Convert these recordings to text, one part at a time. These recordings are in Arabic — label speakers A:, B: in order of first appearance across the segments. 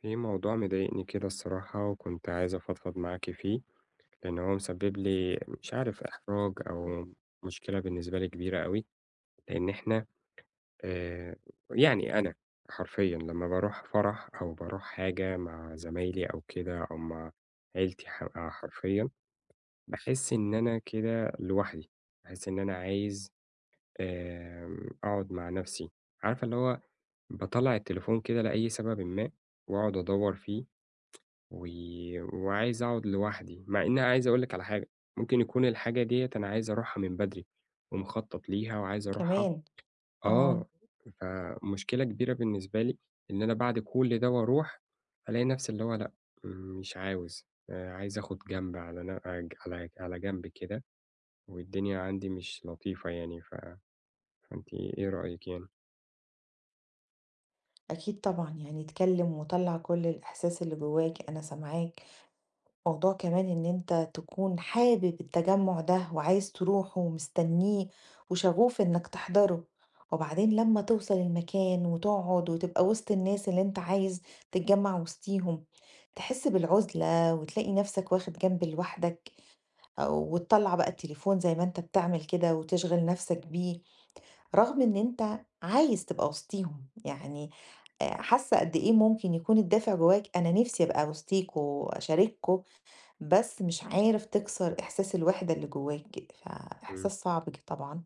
A: في موضوع مضايقني كده الصراحة، وكنت عايز أفضفض معاكِ فيه، لأن هو مسبب لي مش عارف إحراج أو مشكلة بالنسبة لي كبيرة أوي، لأن إحنا آآ يعني أنا حرفيًا لمّا باروح فرح أو باروح حاجة مع زمايلي أو كده أو مع عيلتي آه، حرفيًا، باحس إن أنا كده لوحدي، باحس إن أنا عايز أقعد مع نفسي، عارفة اللي هو باطلّع التليفون كده لأي سببٍ ما، وأقعد أدوّر فيه و وعايز أقعد لوحدي، مع إن عايز أقول لِك على حاجة، ممكن يكون الحاجة ديّة أنا عايز أروحها من بدري، ومخطط ليها وعايز أروحها
B: كمان! آه،
A: آه. فمشكلة كبيرة بالنسبة لي إن أنا بعد كل ده وأروح، ألاقي نفسي اللي هو لأ، مش عاوز، عايز آخد جنب على ن أج على على جنب كده، والدنيا عندي مش لطيفة يعني، فأنتِ إيه رأيِك يعني؟
B: أكيد طبعًا، يعني اتكلم وطلّع كل الإحساس اللي جواك، أنا سامعاك. موضوع كمان إن أنت تكون حابب التجمُّع ده وعايز تروحه ومستنيه وشغوف إنك تحضره، وبعدين لمّا توصل المكان وتقعد وتبقى وسط الناس اللي أنت عايز تتجمّع وسطيهم، تحس بالعُزلة وتلاقي نفسك واخد جنب لوحدك، أو وتطلّع بقى التليفون زي ما أنت بتعمل كده وتشغِل نفسك بيه، رغم إن أنت عايز تبقى وسطيهم. يعني حاسة قد إيه ممكن يكون الدافع جواك، أنا نِفْسي أبقى وسطيكم وأشارككم، بس مش عارف تكسر إحساس الوحدة اللي جواك،
A: إمم،
B: فإحساس صعب طبعًا.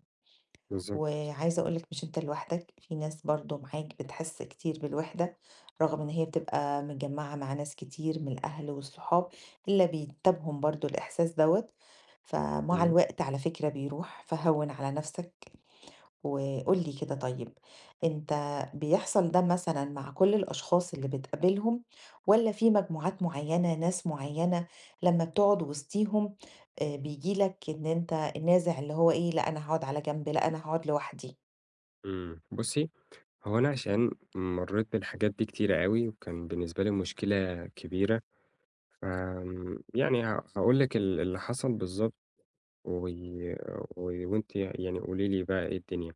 A: بالضبط.
B: وعايزة أقول لك مش أنت لوحدك، في ناس برضه معاك بتحس كتير بالوحدة، رغم إن هي بتبقى متجمّعة مع ناس كتير من الأهل والصحاب، إلا بينتابهم برضه الإحساس دوّة، فمع
A: إمم.
B: الوقت على فكرة بيروح، فهوِّن على نَفْسك. وقُل لي كده طيب، أنت بيحصل ده مثلًا مع كل الأشخاص اللي بتقابلهم، والّا في مجموعات معيّنة، ناس معيّنة لمّا بتقعد وسطيهم بييجي لك إن أنت النازع اللي هو إيه؟ لأ، أنا هاقعد على جنب، لأ أنا هاقعد لوحدي؟
A: إمم. بُصّي، هو أنا عشان مرّيت بالحاجات دي كتيرة أوي، وكان بالنسبة لي مشكلة كبيرة، يعني هاقول لِك اللي حصل بالضبط، و و وأنتِ يعني قولي لي بقى إيه الدنيا.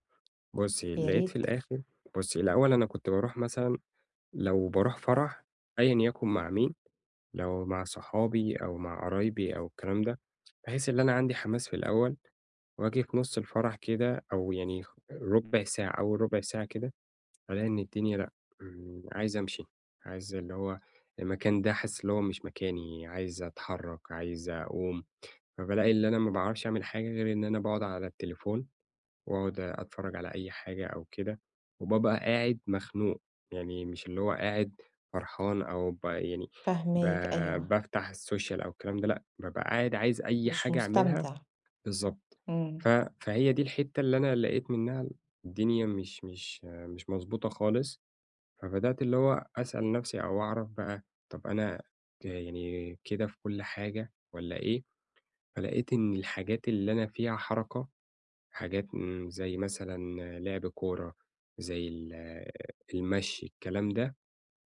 A: بُصّي،
B: يا
A: لقيت في
B: ريت.
A: الآخر، بُصّي، الأول أنا كنت باروح مثلًا لو باروح فرح أيًا يكن مع مين، لو مع صحابي أو مع قرايبي أو الكلام ده، بحيث اللي أنا عندي حماس في الأول، وآجي في نُص الفرح كده أو يعني ربع ساعة، أول ربع ساعة كده ألاقي إن الدنيا لأ، إمم، عايز أمشي، عايز اللي هو المكان ده حاسس اللي هو مش مكاني، عايز أتحرّك، عايز أقوم، فبالاقي اللي أنا ما باعرفش أعمل حاجة غير إن أنا باقعد على التليفون وأقعد أتفرّج على أي حاجة أو كده، وبابقى قاعد مخنوق، يعني مش اللي هو قاعد فرحان أو يعني ب
B: فاهماك، أيوه.
A: بافتح السوشيال أو الكلام ده لأ، بابقى قاعد عايز أي
B: مش
A: حاجة أعملها
B: مستمتع.
A: بالضبط.
B: إمم.
A: ف فهي دي الحتّة اللي أنا لقيت منها الدنيا مش مضبوطة خالص. فبدأت اللي هو أسأل نفسي أو أعرف بقى، طب أنا يعني كده في كل حاجة والّا إيه؟ فلقيت إن الحاجات اللي أنا فيها حركة، حاجات إمم، زي مثلًا لعب كورة، زي المشي، الكلام ده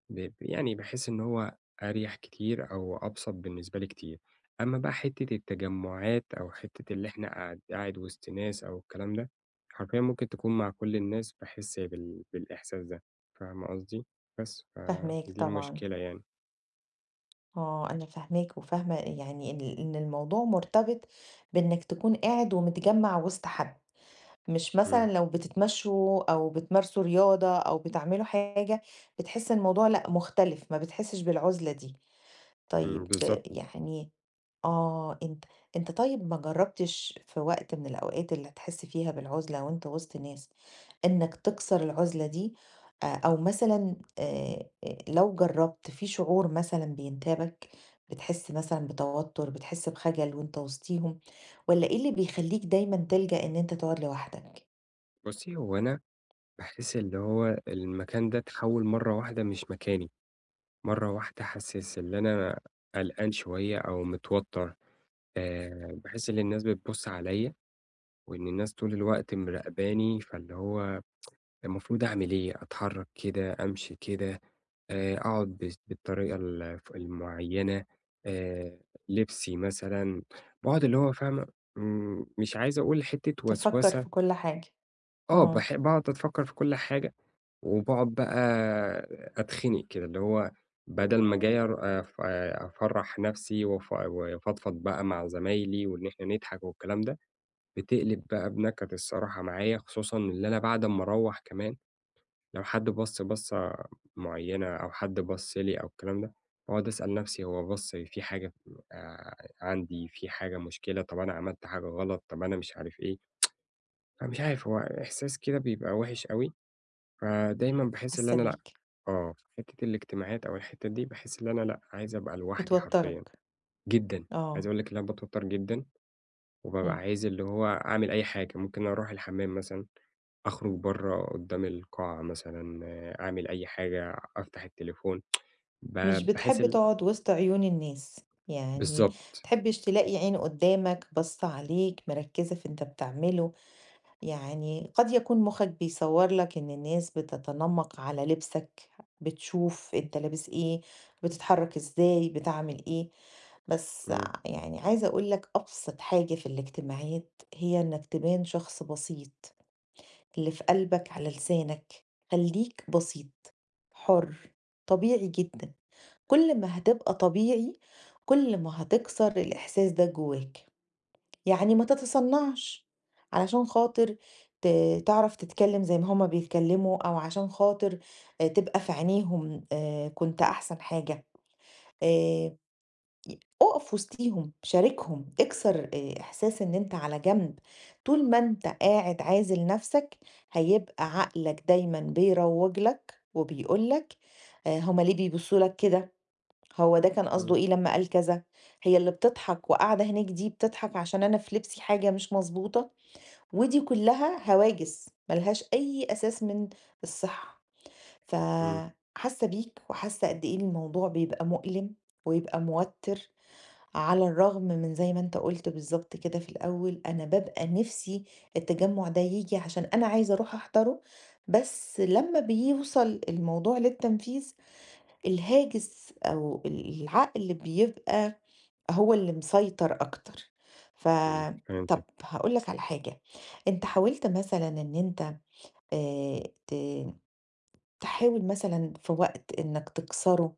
A: يعني باحس إن هو أريح كتير أو أبسط بالنسبة لي كتير. أمّا بقى حتّة التجمُّعات أو حتّة اللي إحنا قاعد وسط ناس أو الكلام ده، حرفيًا ممكن تكون مع كل الناس باحس بالإحساس ده، فاهمة قصدي؟ بس،
B: فاهماك
A: فدي
B: طبعًا.
A: المشكلة يعني.
B: آه، أنا فاهماك وفاهمة، يعني إن الموضوع مرتبط بإنك تكون قاعد ومتجمّع وسط حد. مش
A: إمم.
B: مثلًا لو بتتمشّوا أو بتمارسوا رياضة أو بتعملوا حاجة، بتحس إن الموضوع لأ مختلف، ما بتحسّش بالعُزلة دي.
A: إمم،
B: طيب،
A: بالضبط.
B: يعني آه، أنت طيب، ما جرّبتش في وقت من الأوقات اللي هتحس فيها بالعُزلة وأنت وسط ناس، إنّك تكسر العُزلة دي؟ أو مثلًا لو جرّبت في شعور مثلًا بينتابك، بتحس مثلًا بتوتُّر، بتحس بخجل وأنت وسطيهم، والّا إيه اللي بيخلّيك دايمًا تلجأ إن أنت تقعد لوحدك؟
A: بُصّي، هو أنا باحس اللي هو المكان ده اتحوّل مرّة واحدة مش مكاني، مرّة واحدة حاسس اللي أنا قلقان شوية أو متوتّر، يعني باحس إن الناس بتبُص عليّا وإن الناس طول الوقت مراقباني، فاللي هو المفروض أعمل إيه، أتحرّك كده، أمشي كده، أقعد بس بالطريقة ال ف المعيّنة، آآ لبسي مثلًا، باقعد اللي هو فاهمة، إمم، مش عايز أقول حتّة
B: تفكّر
A: وسوسة،
B: في كل حاجة.
A: آه،
B: آه.
A: باقعد أفكّر في كل حاجة، وباقعد بقى أتخنق كده، اللي هو بدل ما جاي أر أف أفرّح نَفْسي وأفضفض بقى مع زمايلي وإن إحنا نضحك والكلام ده، بتقلب بقى بنكد الصراحة معايا، خصوصًا اللي أنا بعد أمّا أروّح كمان لو حد بَص بَصّة معيّنة أو حد بَص لي أو الكلام ده، باقعد أسأل نَفْسي هو بَص في حاجة عندي، في حاجة مشكلة، طَب أنا عملت حاجة غلط، طَب أنا مش عارف إيه، فمش عارف هو إحساس كده بيبقى وِحِش أوي، فدايمًا باحس إن
B: حاسة
A: أنا لأ،
B: بيك.
A: آه، في حتّة الاجتماعات أو الحتّة دي باحس إن أنا لأ، عايز أبقى لوحدي حرفيًا،
B: بتوتّرك.
A: جدًا، عايز
B: آه.
A: أقول لك إن أنا باتوتّر جدًا وبابقى
B: إمم.
A: عايز اللي هو أعمل أي حاجة، ممكن أروح الحمّام مثلًا، أخرج برّه قدّام القاعة مثلًا، آه، أعمل أي حاجة، أفتح التليفون، ب
B: مش
A: باحس
B: بتحب تقعد وسط عيون الناس، يعني
A: بالضبط.
B: تحبش تلاقي عين قدّامك باصّة عليك مركّزة في أنت بتعمله. يعني قد يكون مُخّك بيصوّر لك إن الناس بتتنمّق على لبسك، بتشوف أنت لابس إيه، بتتحرّك إزاي، بتعمل إيه. بس
A: إمم.
B: يعني عايزة أقول لك أبسط حاجة في الاجتماعات هي إنك تبان شخص بسيط. اللي في قلبك على لسانك، خليك بسيط، حر، طبيعي جدا. كل ما هتبقى طبيعي، كل ما هتكسر الإحساس ده جواك. يعني ما تتصنعش علشان خاطر تعرف تتكلم زي ما هما بيتكلموا، أو عشان خاطر آه، تبقى في عينيهم آه، كنت أحسن حاجة. آه، أُقف وسطيهم، شاركهم، اكسر إحساس إن أنت على جنب. طول ما أنت قاعد عازل نَفْسك، هيبقى عقلك دايمًا بيروّج لك وبيقول لك هُم ليه بيبصّوا لك كده؟ هو ده كان قصده
A: إمم.
B: إيه لمّا قال كذا؟ هي اللي بتضحك وقاعدة هناك دي بتضحك عشان أنا في لبسي حاجة مش مضبوطة؟ ودي كلّها هواجس ما لهاش أي أساس من الصحة.
A: إمم.
B: فحاسة بيك، وحاسة قد إيه الموضوع بيبقى مؤلم ويبقى موتّر، على الرغم من زي ما أنت قُلت بالضبط كده في الأول، أنا بابقى نِفْسي التجمُّع ده ييجي عشان أنا عايزة أروح أحضره، بس لمّا بيوصل الموضوع للتنفيذ، الهاجس أو العقل اللي بيبقى هو اللي مسيطر أكتر. ف
A: إمم،
B: طَب،
A: فهمتِك.
B: هاقول لك على حاجة. أنت حاولت مثلًا إن أنت ت تحاول مثلًا في وقت إنّك تكسره؟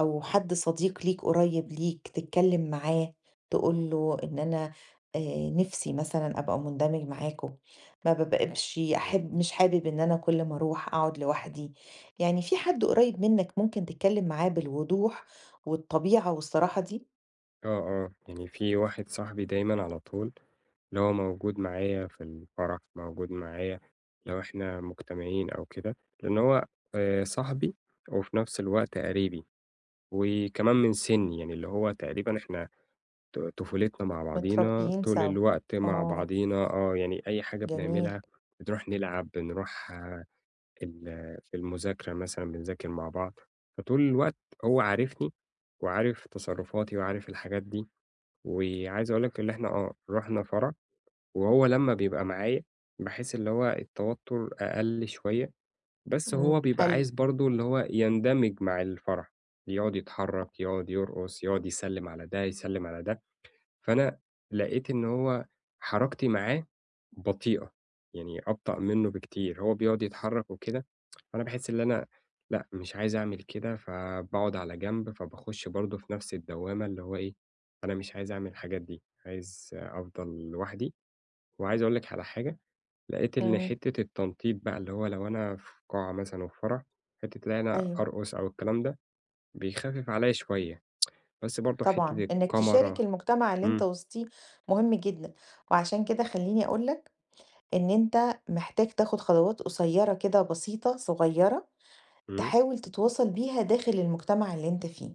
B: أو حد صديق ليك قريب ليك تتكلم معاه، تقول له إن أنا آه، نفسي مثلا أبقى مندمج معاكم، ما ببقاش
A: إمم.
B: أحب، مش حابب إن أنا كل ما أروح أقعد لوحدي. يعني في حد قريب منك ممكن تتكلم معاه بالوضوح والطبيعة والصراحة دي؟
A: آه، آه، يعني في واحد صاحبي دايمًا على طول اللي هو موجود معايا في الفرح، موجود معايا لو إحنا مجتمعين أو كده، لإن هو صاحبي وفي نفس الوقت قريبي، وكمان من سِنّي، يعني اللي هو تقريبًا إحنا طفولتنا مع بعضينا،
B: متربيين
A: طول
B: سوا.
A: الوقت مع
B: آه.
A: بعضينا آه، يعني أي حاجة
B: جميل.
A: بنعملها بنروح نلعب، بنروح آه، ال في المذاكرة مثلًا بنذاكر مع بعض، فطول الوقت هو عارفني وعارف تصرفاتي وعارف الحاجات دي، وعايز أقول لك اللي إحنا آه، رُحنا فرح وهو لمّا بيبقى معايا باحس اللي هو التوتر أقل شوية، بس
B: مم.
A: هو بيبقى
B: حلو.
A: عايز برضه اللي هو يندمج مع الفرح، يقعد يتحرك، يقعد يرقص، يقعد يسلِّم على ده، يسلِّم على ده. فأنا لقيت إن هو حركتي معاه بطيئة، يعني أبطأ منّه بكتير، هو بيقعد يتحرّك وكده، فأنا باحس اللي أنا لأ، مش عايز أعمل كده، فباقعد على جنب، فباخُش برضه في نَفْس الدوّامة اللي هو إيه، أنا مش عايز أعمل الحاجات دي، عايز أفضل لوحدي. وعايز أقول لِك على حاجة، لقيت إن
B: مم.
A: حتّة التنطيط بقى اللي هو لو أنا في قاعة مثلًا وفي فرح، حتّة اللي أنا
B: أيوه.
A: أرقص أو الكلام ده، بيخفِّف عليّا شوية، بس برضه
B: طبعا
A: حتّة
B: إنك تشارك
A: الكاميرا.
B: المجتمع اللي أنت
A: إمم.
B: وسطيه مهم جدا، وعشان كده خليني أقول إن أنت محتاج تاخد خطوات قصيرة كده، بسيطة، صغيرة،
A: إمم.
B: تحاول تتواصل بيها داخل المجتمع اللي أنت فيه.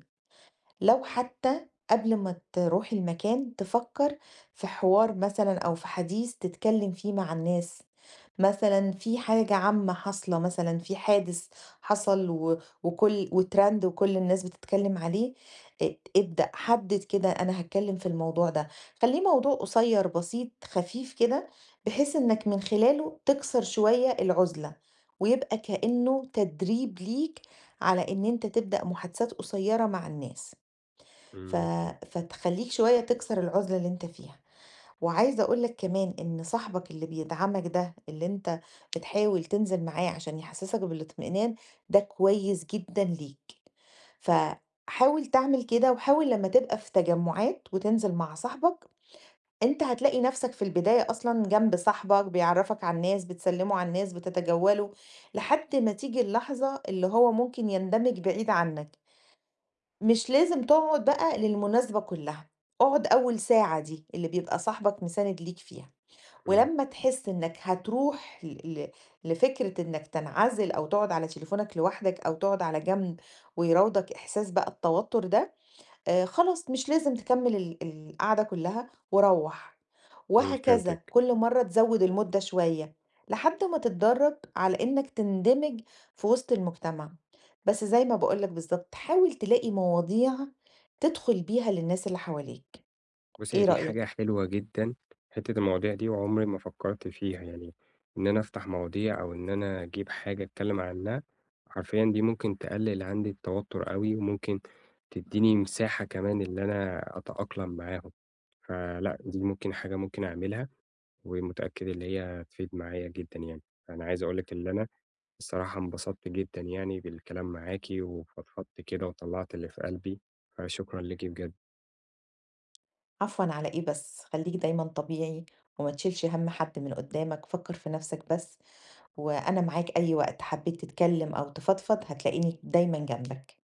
B: لو حتى قبل ما تروح المكان، تفكر في حوار مثلا، أو في حديث تتكلم فيه مع الناس، مثلا في حاجة عامة حاصلة، مثلا في حادث حصل وترند وكل الناس بتتكلم عليه، ابدأ، حدد كده، أنا هتكلم في الموضوع ده. خليه موضوع قصير، بسيط، خفيف كده، بحيث إنك من خلاله تكسر شوية العزلة، ويبقى كأنه تدريب ليك على إن أنت تبدأ محادثات قصيرة مع الناس. ف
A: إمم.
B: فتخلّيك شوية تكسر العُزلة اللي أنت فيها. وعايزة أقول لك كمان إن صاحبك اللي بيدعمك ده، اللي أنت بتحاول تنزل معاه عشان يحسّسك بالاطمئنان، ده كويس جدًا ليك، فحاول تعمل كده، وحاول لمّا تبقى في تجمُّعات وتنزل مع صاحبك. أنت هتلاقي نَفْسك في البداية أصلًا جنب صاحبك، بيعرّفك على الناس، بتسلِّموا على الناس، بتتجولوا، لحد ما تيجي اللحظة اللي هو ممكن يندمج بعيد عنّك. مش لازم تقعد بقى للمناسبة كلها، اقعد أول ساعة دي اللي بيبقى صاحبك مساند ليك فيها،
A: إمم.
B: ولمّا تحس إنك هتروح ل ل لفكرة إنك تنعزل، أو تقعد على تليفونك لوحدك، أو تقعد على جنب، ويراودك إحساس بقى التوتر ده، خلاص مش لازم تكمّل القعدة كلّها وروّح.
A: إمم،
B: وهكذا
A: فهمتِك.
B: كل مرّة تزوّد المدة شوية، لحد ما تتدرّب على إنّك تندمج في وسط المجتمع. بس زي ما باقول لك بالضبط، حاول تلاقي مواضيع تدخل بيها للناس اللي حواليك.
A: بُصّي، هي
B: إيه
A: دي حاجة
B: رأيك؟
A: حلوة جدًا، حتّة المواضيع دي وعمري ما فكّرت فيها، يعني إن أنا أفتح مواضيع أو إن أنا أجيب حاجة أتكلّم عنّها، حرفيًا دي ممكن تقلّل عندي التوتُّر أوي وممكن تدّيني مساحة كمان اللي أنا أتأقلم معاهم، فلأ، دي ممكن حاجة ممكن أعملها ومتأكد اللي هي هتفيد معايا جدًا يعني. أنا عايز أقول لِك اللي أنا الصراحة انبسطت جدًا يعني بالكلام معاكِ وفضفضت كده وطلّعت اللي في قلبي، فشكرًا ليكِ بجد.
B: عفوًا، على إيه بس، خلّيك دايمًا طبيعي، وما تشيلش هَم حد من قدّامك، فكّر في نَفْسك بس، وأنا معاك أي وقت حبّيت تتكلّم أو تفضفض هتلاقيني دايمًا جنبك.